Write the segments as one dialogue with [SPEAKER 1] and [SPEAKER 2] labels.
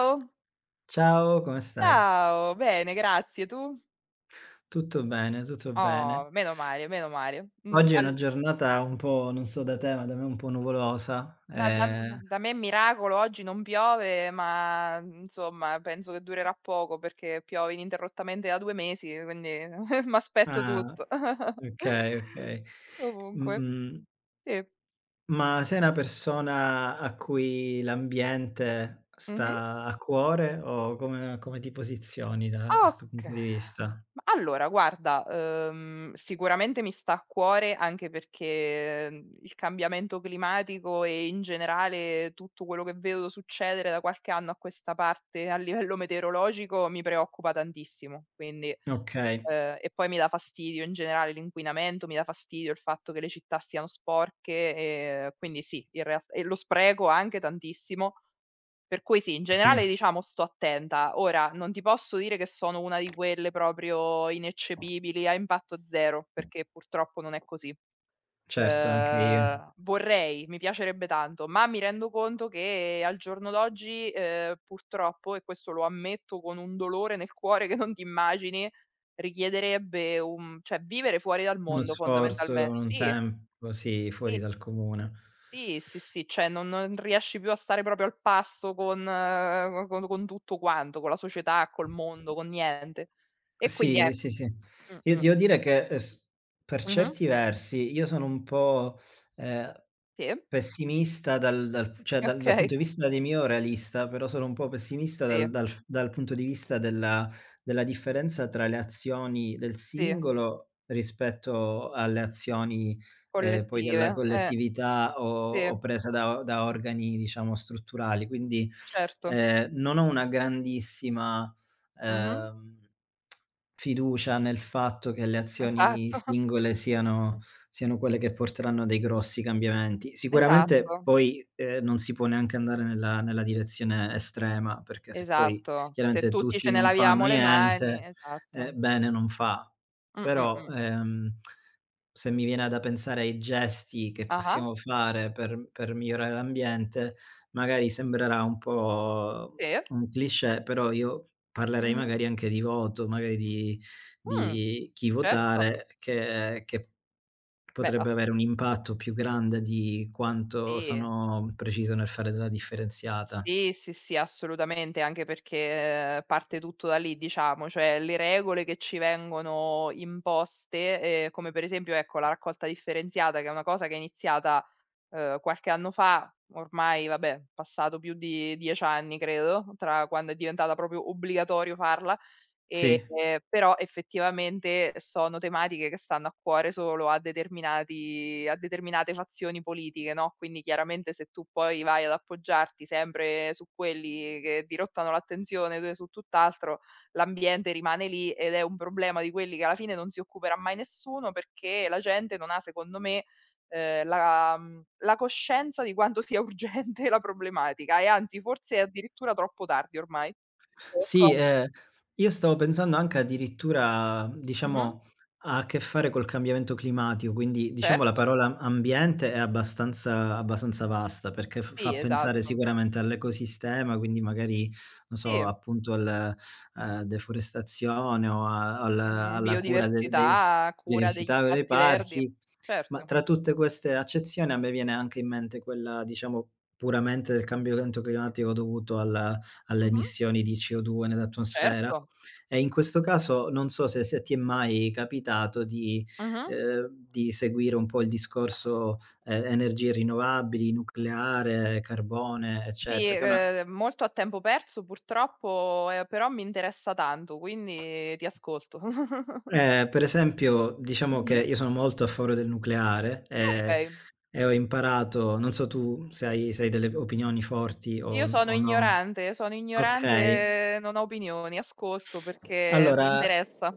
[SPEAKER 1] Ciao.
[SPEAKER 2] Ciao, come stai?
[SPEAKER 1] Ciao, bene grazie, tu?
[SPEAKER 2] Tutto bene, tutto bene.
[SPEAKER 1] Oh, meno male, meno male.
[SPEAKER 2] Oggi è una
[SPEAKER 1] Al
[SPEAKER 2] giornata un po', non so da te, ma da me un po' nuvolosa.
[SPEAKER 1] no da
[SPEAKER 2] Ehm
[SPEAKER 1] mhmm, Da me è miracolo, oggi non piove, ma insomma penso che durerà poco perché piove ininterrottamente da 2 mesi, quindi m'aspetto
[SPEAKER 2] ah,
[SPEAKER 1] tutto.
[SPEAKER 2] okay, okay.
[SPEAKER 1] Comunque,
[SPEAKER 2] Mhmm,
[SPEAKER 1] sì.
[SPEAKER 2] ma sei una persona a cui l'ambiente
[SPEAKER 1] Mh-mh.
[SPEAKER 2] sta a cuore o come ti posizioni da questo punto di
[SPEAKER 1] Oka
[SPEAKER 2] vista?
[SPEAKER 1] Ma allora guarda, sicuramente mi sta a cuore anche perché, il cambiamento climatico e in generale tutto quello che vedo succedere da qualche anno a questa parte a livello meteorologico mi preoccupa tantissimo, quindi
[SPEAKER 2] Okay,
[SPEAKER 1] e poi mi dà fastidio in generale l'inquinamento, mi dà fastidio il fatto che le città siano sporche, quindi sì, in real e lo spreco anche tantissimo, per cui sì, in
[SPEAKER 2] sì,
[SPEAKER 1] generale diciamo sto attenta. Ora, non ti posso dire che sono una di quelle proprio ineccepibili, a impatto zero, perché purtroppo non è così.
[SPEAKER 2] certo, anche io.
[SPEAKER 1] Vorrei, mi piacerebbe tanto, ma mi rendo conto che al giorno d'oggi, purtroppo, e questo lo ammetto con un dolore nel cuore che non ti immagini, richiederebbe un cioè vivere fuori dal
[SPEAKER 2] Uno
[SPEAKER 1] mondo
[SPEAKER 2] sforzo,
[SPEAKER 1] fondamentalme
[SPEAKER 2] un
[SPEAKER 1] sì.
[SPEAKER 2] tempo, sì, fuori dal comune.
[SPEAKER 1] Sì, sì, sì, cioè non riesci più a stare proprio al passo con tutto quanto, con la società, col mondo, con niente. E quindi
[SPEAKER 2] Sì,
[SPEAKER 1] ecco
[SPEAKER 2] sì, sì. Io ti
[SPEAKER 1] mh-mh,
[SPEAKER 2] devo dire che, s per
[SPEAKER 1] mh-mh,
[SPEAKER 2] certi versi io sono un po', ehm
[SPEAKER 1] sì,
[SPEAKER 2] Pessimista dal cioè dal
[SPEAKER 1] okay,
[SPEAKER 2] punto di vista dei mio realista, però sono un po' pessimista dal
[SPEAKER 1] sì,
[SPEAKER 2] dal f dal punto di vista della differenza tra le azioni del
[SPEAKER 1] sì,
[SPEAKER 2] singolo rispetto alle azioni, poi della
[SPEAKER 1] collettive,
[SPEAKER 2] collettività o
[SPEAKER 1] sì,
[SPEAKER 2] o presa da organi diciamo strutturali. Quindi,
[SPEAKER 1] certo.
[SPEAKER 2] non ho una grandissima,
[SPEAKER 1] Mh-mh,
[SPEAKER 2] ehm, fiducia nel fatto che le azioni
[SPEAKER 1] esatto,
[SPEAKER 2] singole siano quelle che porteranno a dei grossi cambiamenti. Sicuramente
[SPEAKER 1] esatto,
[SPEAKER 2] poi, non si può neanche andare nella direzione estrema, perché se poi
[SPEAKER 1] esatto. Se
[SPEAKER 2] chiaramente
[SPEAKER 1] tutti
[SPEAKER 2] tutti
[SPEAKER 1] ce ne
[SPEAKER 2] non fanno
[SPEAKER 1] laviamo le mani,
[SPEAKER 2] niente,
[SPEAKER 1] esatto.
[SPEAKER 2] bene non fa.
[SPEAKER 1] Mh, mh,
[SPEAKER 2] Però,
[SPEAKER 1] mh.
[SPEAKER 2] se mi viene da pensare ai gesti che
[SPEAKER 1] Ah-ah,
[SPEAKER 2] possiamo fare per migliorare l'ambiente, magari sembrerà un po'
[SPEAKER 1] sì,
[SPEAKER 2] un cliché, però io parlerei
[SPEAKER 1] mh-mh,
[SPEAKER 2] magari anche di voto, magari di
[SPEAKER 1] mh,
[SPEAKER 2] di chi
[SPEAKER 1] certo.
[SPEAKER 2] votare che che
[SPEAKER 1] Beh
[SPEAKER 2] Potrebbe
[SPEAKER 1] ass
[SPEAKER 2] avere un impatto più grande di quanto
[SPEAKER 1] sì.
[SPEAKER 2] sono preciso nel fare della differenziata.
[SPEAKER 1] Sì, sì, sì, assolutamente, anche perché parte tutto da lì, diciamo, cioè le regole che ci vengono imposte, come per esempio, ecco, la raccolta differenziata, che è una cosa che è iniziata, qualche anno fa, ormai vabbè, passato più di 10 anni credo, tra quando è diventata proprio obbligatorio farla.
[SPEAKER 2] Sì,
[SPEAKER 1] Ehm, però effettivamente sono tematiche che stanno a cuore solo a determinate fazioni politiche, no, quindi chiaramente se tu poi vai ad appoggiarti sempre su quelli che dirottano l'attenzione de su tutt'altro, l'ambiente rimane lì ed è un problema di quelli che alla fine non si occuperà mai nessuno, perché la gente non ha secondo me, la coscienza di quanto sia urgente la problematica e anzi forse è addirittura troppo tardi ormai. Sei
[SPEAKER 2] sì,
[SPEAKER 1] d'accordo?
[SPEAKER 2] io stavo pensando anche addirittura,
[SPEAKER 1] Mh-mh.
[SPEAKER 2] diciamo, ha a che fare col cambiamento climatico, quindi diciamo la
[SPEAKER 1] Certo,
[SPEAKER 2] parola ambiente è abbastanza abbastanza vasta, perché f
[SPEAKER 1] sì,
[SPEAKER 2] fa pensare
[SPEAKER 1] esatto.
[SPEAKER 2] sicuramente all'ecosistema, quindi magari, non so,
[SPEAKER 1] Sì,
[SPEAKER 2] appunto al deforestazione o a al
[SPEAKER 1] mhmm,
[SPEAKER 2] alla cura de dei
[SPEAKER 1] biodiversità, cura degli
[SPEAKER 2] biodiversità o dei
[SPEAKER 1] spazi verdi.
[SPEAKER 2] parchi. Ma
[SPEAKER 1] Certo.
[SPEAKER 2] tra tutte queste accezioni a me viene anche in mente quella, diciamo, puramente del cambiamento climatico dovuto al alle
[SPEAKER 1] Mh-mh.
[SPEAKER 2] emissioni di CO2 nell'atmosfera.
[SPEAKER 1] Certo.
[SPEAKER 2] E in questo caso non so se ti è mai capitato di
[SPEAKER 1] Mh-mh.
[SPEAKER 2] ehm, di seguire un po' il discorso, energie rinnovabili, nucleare, carbone,
[SPEAKER 1] Sì,
[SPEAKER 2] eccetera, che è una
[SPEAKER 1] molto a tempo perso purtroppo, però mi interessa tanto, quindi ti ascolto.
[SPEAKER 2] eh, Per esempio diciamo che
[SPEAKER 1] Mh-mh.
[SPEAKER 2] io sono molto a favore del nucleare.
[SPEAKER 1] Okay.
[SPEAKER 2] E ho imparato non so tu se hai delle opinioni forti o
[SPEAKER 1] Io
[SPEAKER 2] n o no.
[SPEAKER 1] sono
[SPEAKER 2] Okay.
[SPEAKER 1] ignorante, non ho opinioni, ascolto perché mi
[SPEAKER 2] Allora,
[SPEAKER 1] interessa.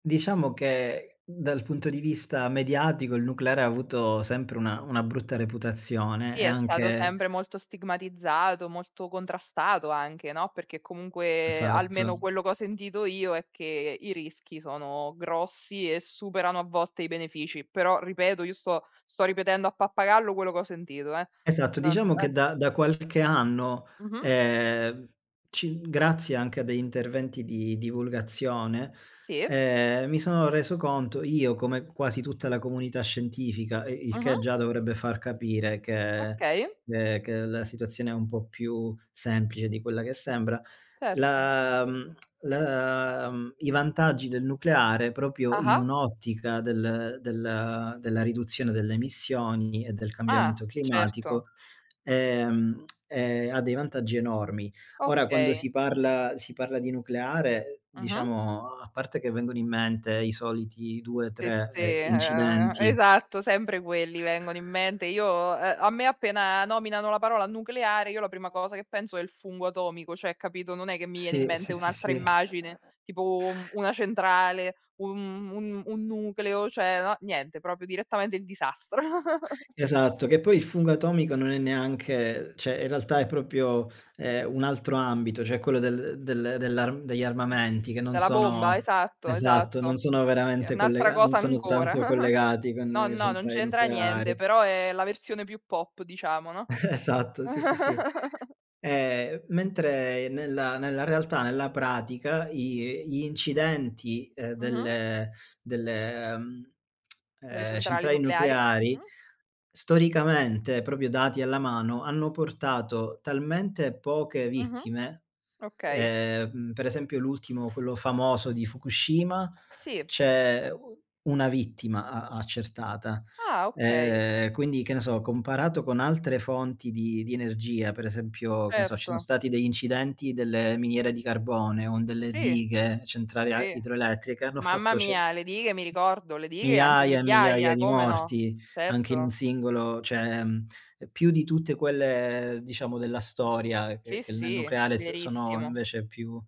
[SPEAKER 2] diciamo che dal punto di vista mediatico il nucleare ha avuto sempre una brutta reputazione
[SPEAKER 1] Sì,
[SPEAKER 2] e
[SPEAKER 1] è stato
[SPEAKER 2] anche
[SPEAKER 1] sempre molto stigmatizzato, molto contrastato anche, no, perché comunque
[SPEAKER 2] esatto.
[SPEAKER 1] almeno quello che ho sentito io è che i rischi sono grossi e superano a volte i benefici, però ripeto, io sto ripetendo a pappagallo quello che ho sentito, eh.
[SPEAKER 2] Esatto,
[SPEAKER 1] Non
[SPEAKER 2] diciamo
[SPEAKER 1] eh.
[SPEAKER 2] che da qualche anno,
[SPEAKER 1] Mh-mh.
[SPEAKER 2] ehm, ci grazie anche a degli interventi di divulgazione,
[SPEAKER 1] Sì.
[SPEAKER 2] mi sono reso conto io, come quasi tutta la comunità scientifica, e il
[SPEAKER 1] Mh-mh.
[SPEAKER 2] che già dovrebbe far capire
[SPEAKER 1] Okay.
[SPEAKER 2] che la situazione è un po' più semplice di quella che sembra,
[SPEAKER 1] Certo.
[SPEAKER 2] la mhmm, la mhmm, i vantaggi del nucleare proprio in
[SPEAKER 1] Ah-ah.
[SPEAKER 2] un'ottica della riduzione delle emissioni e del
[SPEAKER 1] Ah,
[SPEAKER 2] cambiamento
[SPEAKER 1] certo.
[SPEAKER 2] climatico, ha dei vantaggi enormi. Ora quando
[SPEAKER 1] Okay.
[SPEAKER 2] si parla di nucleare,
[SPEAKER 1] Mh-mh.
[SPEAKER 2] diciamo, a parte che vengono in mente i soliti 2,
[SPEAKER 1] Sì, sì,
[SPEAKER 2] 3, incidenti.
[SPEAKER 1] esatto, sempre quelli vengono in mente. Io a me appena nominano la parola nucleare, io la prima cosa che penso è il fungo atomico, cioè capito, non è che mi viene in
[SPEAKER 2] Sì, sì,
[SPEAKER 1] mente
[SPEAKER 2] sì,
[SPEAKER 1] un'altra
[SPEAKER 2] sì.
[SPEAKER 1] immagine, tipo un una centrale, un nucleo, cioè no, niente, proprio direttamente il disastro.
[SPEAKER 2] Esatto, che poi il fungo atomico non è neanche cioè in realtà è proprio, un altro ambito, cioè quello del del dell'arm degli armamenti che non
[SPEAKER 1] Della bomba,
[SPEAKER 2] sono
[SPEAKER 1] esatto,
[SPEAKER 2] esatto,
[SPEAKER 1] esatto. È un'altra
[SPEAKER 2] non
[SPEAKER 1] cosa
[SPEAKER 2] sono
[SPEAKER 1] ancora.
[SPEAKER 2] tanto collegati con
[SPEAKER 1] No,
[SPEAKER 2] le
[SPEAKER 1] no, non
[SPEAKER 2] centrali
[SPEAKER 1] c'entra niente,
[SPEAKER 2] nucleari.
[SPEAKER 1] però è la versione più pop diciamo, no?
[SPEAKER 2] Esatto, sì, sì, sì. Mentre nella realtà, nella pratica, i gli incidenti, ehm,
[SPEAKER 1] Mh-mh.
[SPEAKER 2] delle delle, mhmm,
[SPEAKER 1] Delle
[SPEAKER 2] ehm,
[SPEAKER 1] centrali
[SPEAKER 2] centrali
[SPEAKER 1] nucleari?
[SPEAKER 2] nucleari,
[SPEAKER 1] Mh-mh.
[SPEAKER 2] storicamente, proprio dati alla mano, hanno portato talmente poche
[SPEAKER 1] Mh-mh.
[SPEAKER 2] vittime,
[SPEAKER 1] Okay.
[SPEAKER 2] per esempio l'ultimo, quello famoso di Fukushima,
[SPEAKER 1] Sì.
[SPEAKER 2] c'è u una vittima a accertata.
[SPEAKER 1] Ah, okay.
[SPEAKER 2] Quindi, che ne so, comparato con altre fonti di energia, per esempio, che ne so, ci
[SPEAKER 1] Certo.
[SPEAKER 2] sono stati degli incidenti delle miniere di carbone, con delle
[SPEAKER 1] Sì,
[SPEAKER 2] dighe, centrali a
[SPEAKER 1] sì.
[SPEAKER 2] idroelettriche, hanno
[SPEAKER 1] Mamma
[SPEAKER 2] fatto ce
[SPEAKER 1] mia, le dighe mi ricordo, le dighe anche
[SPEAKER 2] Migliaia e migliaia
[SPEAKER 1] migliaia,
[SPEAKER 2] di
[SPEAKER 1] come no.
[SPEAKER 2] morti, anche in un
[SPEAKER 1] Certo.
[SPEAKER 2] singolo cioè, più di tutte quelle, diciamo, della storia che
[SPEAKER 1] Sì,
[SPEAKER 2] che nel
[SPEAKER 1] sì,
[SPEAKER 2] nucleare s sono
[SPEAKER 1] verissimo.
[SPEAKER 2] invece più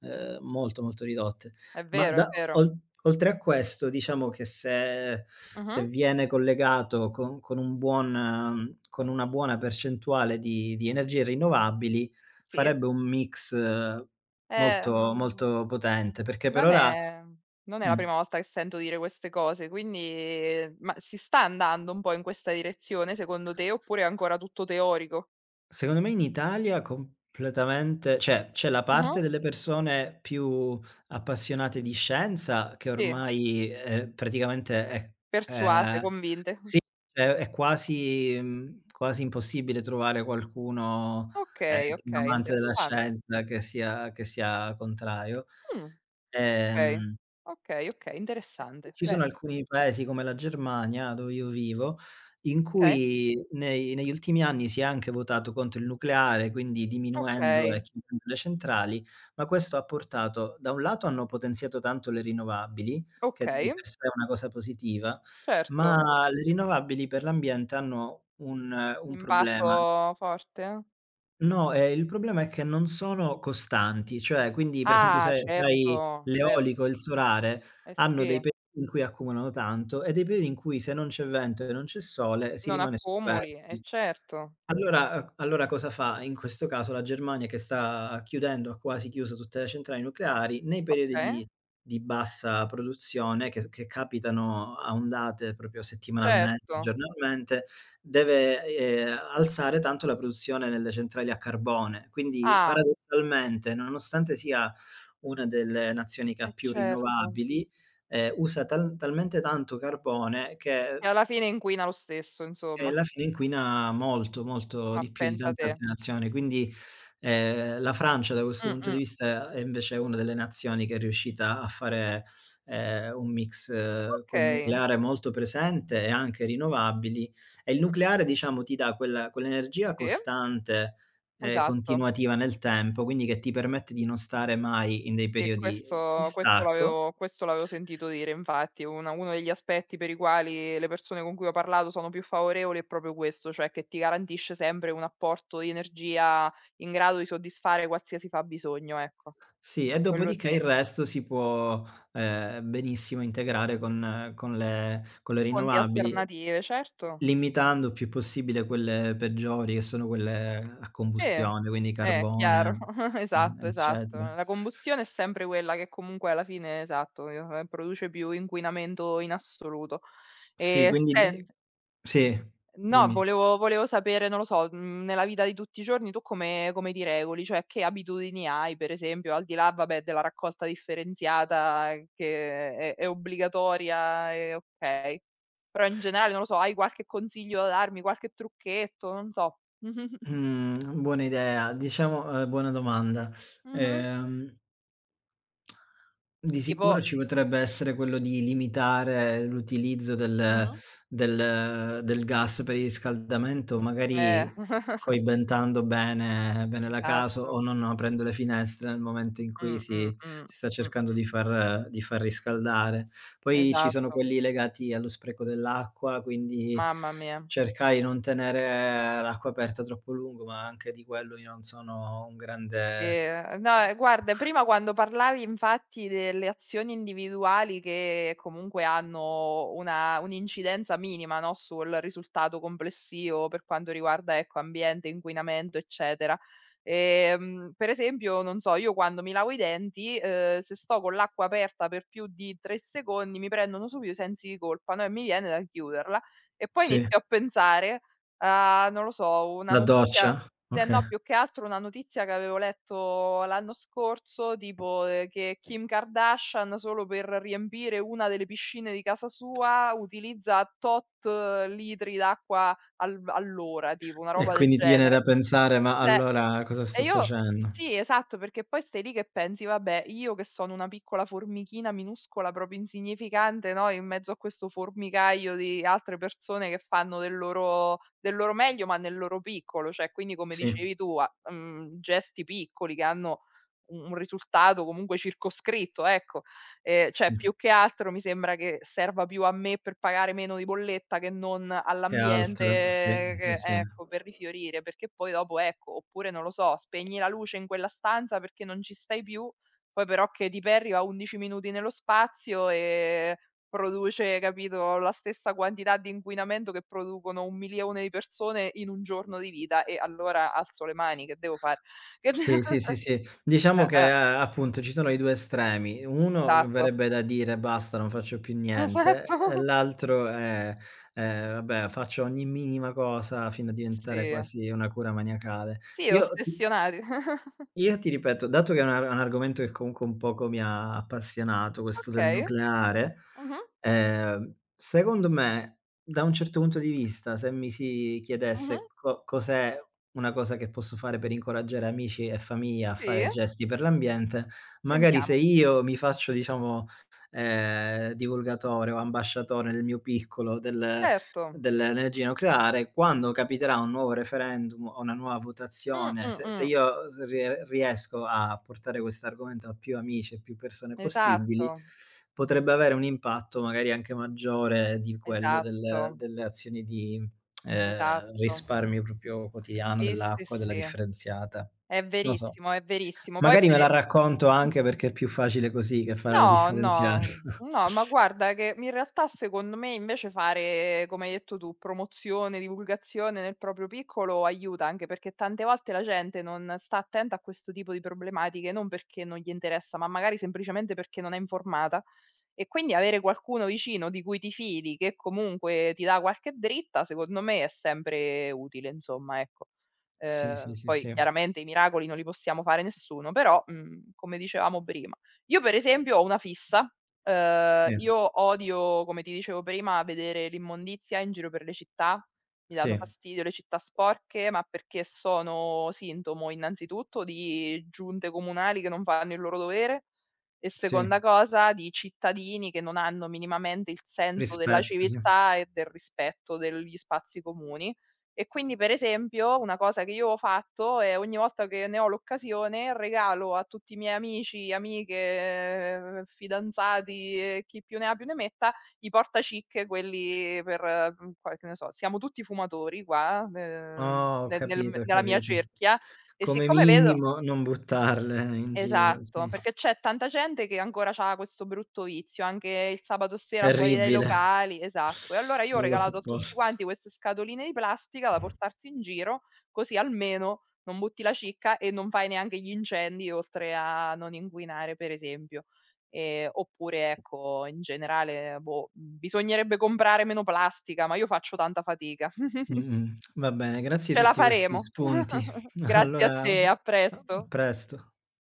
[SPEAKER 2] molto, molto ridotte.
[SPEAKER 1] È
[SPEAKER 2] Ma
[SPEAKER 1] vero, è
[SPEAKER 2] da
[SPEAKER 1] vero.
[SPEAKER 2] ol oltre a questo, diciamo che se
[SPEAKER 1] Mh-mh.
[SPEAKER 2] viene collegato con una buona percentuale di energie rinnovabili,
[SPEAKER 1] Sì.
[SPEAKER 2] farebbe un mix molto,
[SPEAKER 1] Ehm,
[SPEAKER 2] molto potente, perché per
[SPEAKER 1] non
[SPEAKER 2] ora
[SPEAKER 1] è non è la
[SPEAKER 2] mh.
[SPEAKER 1] prima volta che sento dire queste cose, quindi ma si sta andando un po' in questa direzione secondo te, oppure è ancora tutto teorico?
[SPEAKER 2] Secondo me in Italia completamente cioè, c'è la
[SPEAKER 1] Mh-mh.
[SPEAKER 2] parte delle persone più appassionate di scienza che
[SPEAKER 1] Sì,
[SPEAKER 2] ormai, praticamente è
[SPEAKER 1] persuase,
[SPEAKER 2] ehm,
[SPEAKER 1] convinte.
[SPEAKER 2] sì, è quasi quasi impossibile trovare qualcuno,
[SPEAKER 1] Okay,
[SPEAKER 2] che è un
[SPEAKER 1] okay,
[SPEAKER 2] amante della
[SPEAKER 1] interessante.
[SPEAKER 2] scienza che sia contrario.
[SPEAKER 1] Mh, okay,
[SPEAKER 2] Ehm
[SPEAKER 1] okay, okay, interessante.
[SPEAKER 2] Ci sono
[SPEAKER 1] Bene,
[SPEAKER 2] alcuni paesi come la Germania, dove io vivo, in
[SPEAKER 1] okay,
[SPEAKER 2] cui nei negli ultimi anni si è anche votato contro il nucleare, quindi diminuendo e
[SPEAKER 1] okay,
[SPEAKER 2] chiudendo le centrali, ma questo ha portato da un lato hanno potenziato tanto le rinnovabili, che di
[SPEAKER 1] okay,
[SPEAKER 2] per sé è una cosa positiva,
[SPEAKER 1] certo.
[SPEAKER 2] ma le rinnovabili per l'ambiente hanno un
[SPEAKER 1] Impatto
[SPEAKER 2] problema.
[SPEAKER 1] forte?
[SPEAKER 2] No, il problema è che non sono costanti, cioè quindi per esempio
[SPEAKER 1] Ah,
[SPEAKER 2] se hai
[SPEAKER 1] certo, cer
[SPEAKER 2] l'eolico e il solare
[SPEAKER 1] eh
[SPEAKER 2] hanno dei
[SPEAKER 1] sì,
[SPEAKER 2] periodi in cui accumulano tanto e dei periodi in cui se non c'è vento e non c'è sole si
[SPEAKER 1] non
[SPEAKER 2] rimane
[SPEAKER 1] accumuli, eh
[SPEAKER 2] scoperti.
[SPEAKER 1] certo.
[SPEAKER 2] Allora cosa fa in questo caso la Germania che sta chiudendo, ha quasi chiuso tutte le centrali nucleari, nei periodi
[SPEAKER 1] Okay,
[SPEAKER 2] di bassa produzione che capitano a ondate proprio settimanalmente,
[SPEAKER 1] certo.
[SPEAKER 2] giornalmente, deve, alzare tanto la produzione nelle centrali a carbone. Quindi
[SPEAKER 1] Ah,
[SPEAKER 2] paradossalmente, nonostante sia una delle nazioni che ha
[SPEAKER 1] eh
[SPEAKER 2] più
[SPEAKER 1] certo.
[SPEAKER 2] rinnovabili, usa talmente tanto carbone che
[SPEAKER 1] E alla fine inquina lo stesso,
[SPEAKER 2] e
[SPEAKER 1] insomma.
[SPEAKER 2] alla fine inquina molto, molto
[SPEAKER 1] Ma
[SPEAKER 2] di più di
[SPEAKER 1] pensa
[SPEAKER 2] tante
[SPEAKER 1] te.
[SPEAKER 2] altre nazioni. Quindi, la Francia da questo punto di
[SPEAKER 1] Mh-mh,
[SPEAKER 2] vista è invece una delle nazioni che è riuscita a fare, un mix col
[SPEAKER 1] okay.
[SPEAKER 2] nucleare molto presente e anche rinnovabili. E il
[SPEAKER 1] Mh,
[SPEAKER 2] nucleare diciamo ti dà quella quell'energia
[SPEAKER 1] sì,
[SPEAKER 2] costante e
[SPEAKER 1] esatto.
[SPEAKER 2] continuativa nel tempo, quindi che ti permette di non stare mai in dei
[SPEAKER 1] Sì,
[SPEAKER 2] periodi di
[SPEAKER 1] questo questo
[SPEAKER 2] stacco.
[SPEAKER 1] l'avevo questo l'avevo sentito dire infatti. Una Uno degli aspetti per i quali le persone con cui ho parlato sono più favorevoli è proprio questo, cioè che ti garantisce sempre un apporto di energia in grado di soddisfare qualsiasi fabbisogno, ecco.
[SPEAKER 2] Sì, e
[SPEAKER 1] Quello
[SPEAKER 2] dopodiché
[SPEAKER 1] sì.
[SPEAKER 2] il resto si può, benissimo integrare con le
[SPEAKER 1] Fonti
[SPEAKER 2] rinnovabili,
[SPEAKER 1] alternative, certo.
[SPEAKER 2] limitando il più possibile quelle peggiori, che sono quelle a
[SPEAKER 1] Sì,
[SPEAKER 2] combustione, quindi
[SPEAKER 1] chiaro.
[SPEAKER 2] carbone,
[SPEAKER 1] Esatto, esatto.
[SPEAKER 2] eccetera.
[SPEAKER 1] La combustione è sempre quella che comunque alla fine esatto, produce più inquinamento in assoluto.
[SPEAKER 2] Sì,
[SPEAKER 1] E
[SPEAKER 2] quindi di
[SPEAKER 1] sen
[SPEAKER 2] sì,
[SPEAKER 1] No,
[SPEAKER 2] dimmi.
[SPEAKER 1] volevo sapere, non lo so, nella vita di tutti i giorni tu come ti regoli? Cioè, che abitudini hai, per esempio, al di là, vabbè, della raccolta differenziata che è obbligatoria e okay, però in generale, non lo so, hai qualche consiglio da darmi, qualche trucchetto, non so.
[SPEAKER 2] Mhmm, buona idea. Diciamo buona domanda.
[SPEAKER 1] Mh-mh.
[SPEAKER 2] Ehm Di
[SPEAKER 1] Tipo
[SPEAKER 2] sicuro ci potrebbe essere quello di limitare l'utilizzo del
[SPEAKER 1] mh-mh,
[SPEAKER 2] del del gas per il riscaldamento,
[SPEAKER 1] eh,
[SPEAKER 2] magari
[SPEAKER 1] esa
[SPEAKER 2] coibentando bene bene la casa o
[SPEAKER 1] esatto.
[SPEAKER 2] non aprendo le finestre nel momento in cui
[SPEAKER 1] Mh, mh,
[SPEAKER 2] si
[SPEAKER 1] mh,
[SPEAKER 2] si sta cercando
[SPEAKER 1] mh,
[SPEAKER 2] di far riscaldare. Poi ci sono
[SPEAKER 1] esatto.
[SPEAKER 2] quelli legati allo spreco dell'acqua, quindi
[SPEAKER 1] Mamma mia.
[SPEAKER 2] cercare di non tenere l'acqua aperta troppo a lungo, ma anche di quello io non sono un
[SPEAKER 1] Sì,
[SPEAKER 2] grande.
[SPEAKER 1] no, guarda prima quando parlavi infatti delle azioni individuali che comunque hanno una un'incidenza minima, no, sul risultato complessivo per quanto riguarda, ecco, ambiente, inquinamento, eccetera. Per esempio, non so, io quando mi lavo i denti, se sto con l'acqua aperta per più di 3 secondi mi prendono subito i sensi di colpa, no, e mi viene da chiuderla e poi
[SPEAKER 2] Sì.
[SPEAKER 1] inizio a pensare a, non lo so, una
[SPEAKER 2] La
[SPEAKER 1] notizia
[SPEAKER 2] doccia?
[SPEAKER 1] eh
[SPEAKER 2] Okay.
[SPEAKER 1] no, più che altro una notizia che avevo letto l'anno scorso, tipo, che Kim Kardashian solo per riempire una delle piscine di casa sua utilizza tot litri d'acqua al all'ora, tipo una
[SPEAKER 2] E
[SPEAKER 1] roba del
[SPEAKER 2] quindi ti viene
[SPEAKER 1] genere.
[SPEAKER 2] da pensare: "Ma
[SPEAKER 1] Cioè
[SPEAKER 2] allora cosa
[SPEAKER 1] e
[SPEAKER 2] sto
[SPEAKER 1] io
[SPEAKER 2] facendo?"
[SPEAKER 1] sì, esatto, perché poi stai lì che pensi: "Vabbè, io che sono una piccola formichina minuscola, proprio insignificante, no, in mezzo a questo formicaio di altre persone che fanno del loro meglio, ma nel loro piccolo". Cioè, quindi come
[SPEAKER 2] Sì,
[SPEAKER 1] dicevi tu, a gesti piccoli che hanno un risultato comunque circoscritto, ecco. Cioè
[SPEAKER 2] sì.
[SPEAKER 1] più che altro mi sembra che serva più a me per pagare meno di bolletta che non
[SPEAKER 2] Che
[SPEAKER 1] all'ambiente
[SPEAKER 2] altro? Sì, sì,
[SPEAKER 1] che
[SPEAKER 2] sì.
[SPEAKER 1] ecco, per rifiorire, perché poi dopo ecco, oppure non lo so, spegni la luce in quella stanza perché non ci stai più, poi però che ti perriva 11 minuti nello spazio e produce, capito, la stessa quantità di inquinamento che producono 1.000.000 di persone in 1 giorno di vita e allora alzo le mani, che devo fare? Che
[SPEAKER 2] Sì, sì, sì,
[SPEAKER 1] de
[SPEAKER 2] sì. Diciamo
[SPEAKER 1] eh,
[SPEAKER 2] che,
[SPEAKER 1] eh,
[SPEAKER 2] appunto, ci sono i 2 estremi. Uno
[SPEAKER 1] esatto.
[SPEAKER 2] verrebbe da dire: "Basta, non faccio più niente",
[SPEAKER 1] Esatto.
[SPEAKER 2] e l'altro è: "Vabbè, faccio ogni minima cosa fino a diventare
[SPEAKER 1] Sì.
[SPEAKER 2] quasi una cura maniacale".
[SPEAKER 1] Sì,
[SPEAKER 2] Io ti
[SPEAKER 1] ossessionati.
[SPEAKER 2] Io ti ripeto, dato che è un argomento che comunque un poco mi ha appassionato, questo del
[SPEAKER 1] Okay.
[SPEAKER 2] nucleare,
[SPEAKER 1] Mh-mh,
[SPEAKER 2] secondo me, da un certo punto di vista, se mi si
[SPEAKER 1] mh-mh.
[SPEAKER 2] chiedesse co cos'è una cosa che posso fare per incoraggiare amici e famiglia a
[SPEAKER 1] Sì,
[SPEAKER 2] fare gesti per l'ambiente, magari se
[SPEAKER 1] sentiamo.
[SPEAKER 2] io mi faccio, diciamo, divulgatore o ambasciatore nel mio piccolo del
[SPEAKER 1] Certo.
[SPEAKER 2] Dell'energia nucleare, quando capiterà un nuovo referendum o una nuova
[SPEAKER 1] Mh,
[SPEAKER 2] votazione,
[SPEAKER 1] mh,
[SPEAKER 2] se
[SPEAKER 1] mh.
[SPEAKER 2] io s rie riesco a portare quest'argomento a più amici e più persone possibili,
[SPEAKER 1] Esatto,
[SPEAKER 2] potrebbe avere un impatto magari anche maggiore di quello del
[SPEAKER 1] esatto,
[SPEAKER 2] delle azioni di,
[SPEAKER 1] esatto.
[SPEAKER 2] risparmio proprio quotidiano
[SPEAKER 1] Sì, sì,
[SPEAKER 2] dell'acqua, della
[SPEAKER 1] sì.
[SPEAKER 2] differenziata.
[SPEAKER 1] È
[SPEAKER 2] Non so,
[SPEAKER 1] verissimo, è verissimo. Poi
[SPEAKER 2] magari
[SPEAKER 1] per
[SPEAKER 2] me la
[SPEAKER 1] e
[SPEAKER 2] racconto anche perché è più facile così che fare la
[SPEAKER 1] No,
[SPEAKER 2] differenziata.
[SPEAKER 1] no, no, ma guarda che in realtà secondo me invece fare, come hai detto tu, promozione, divulgazione nel proprio piccolo aiuta, anche perché tante volte la gente non sta attenta a questo tipo di problematiche, non perché non gli interessa, ma magari semplicemente perché non è informata. E quindi avere qualcuno vicino di cui ti fidi, che comunque ti dà qualche dritta, secondo me è sempre utile, insomma, ecco.
[SPEAKER 2] Sì, sì, sì,
[SPEAKER 1] Poi
[SPEAKER 2] sì.
[SPEAKER 1] chiaramente i miracoli non li possiamo fare nessuno, però, come dicevamo prima io per esempio ho una fissa,
[SPEAKER 2] Sì,
[SPEAKER 1] io odio, come ti dicevo prima, vedere l'immondizia in giro per le città, mi danno
[SPEAKER 2] sì,
[SPEAKER 1] fastidio le città sporche, ma perché sono sintomo innanzitutto di giunte comunali che non fanno il loro dovere e
[SPEAKER 2] sì.
[SPEAKER 1] seconda cosa di cittadini che non hanno minimamente il senso della
[SPEAKER 2] Rispetto, sì.
[SPEAKER 1] civiltà e del rispetto degli spazi comuni. E quindi, per esempio, una cosa che io ho fatto è ogni volta che ne ho l'occasione regalo a tutti i miei amici, amiche, fidanzati e chi più ne ha più ne metta, i portacicche quelli per, qua che ne so, siamo tutti fumatori qua,
[SPEAKER 2] Oh, ho
[SPEAKER 1] ne nel
[SPEAKER 2] capito, ho
[SPEAKER 1] nella mia
[SPEAKER 2] capito.
[SPEAKER 1] cerchia e
[SPEAKER 2] Come
[SPEAKER 1] siccome vedo
[SPEAKER 2] minimo non buttarle in giro,
[SPEAKER 1] esatto,
[SPEAKER 2] sì.
[SPEAKER 1] perché c'è tanta gente che ancora c'ha questo brutto vizio, anche il sabato sera fuori dai
[SPEAKER 2] Terribile,
[SPEAKER 1] locali esatto. E allora io ho
[SPEAKER 2] non lo
[SPEAKER 1] regalato a tutti
[SPEAKER 2] sopporto.
[SPEAKER 1] quanti queste scatoline di plastica da portarsi in giro, così almeno non butti la cicca e non fai neanche gli incendi, oltre a non inquinare per esempio. Oppure ecco, in generale, boh, bisognerebbe comprare meno plastica, ma io faccio tanta fatica.
[SPEAKER 2] Mh-mh. Va bene, grazie di
[SPEAKER 1] Ce la
[SPEAKER 2] tutti questi
[SPEAKER 1] faremo.
[SPEAKER 2] spunti.
[SPEAKER 1] Grazie a
[SPEAKER 2] Allora,
[SPEAKER 1] te, a
[SPEAKER 2] a
[SPEAKER 1] presto.
[SPEAKER 2] presto.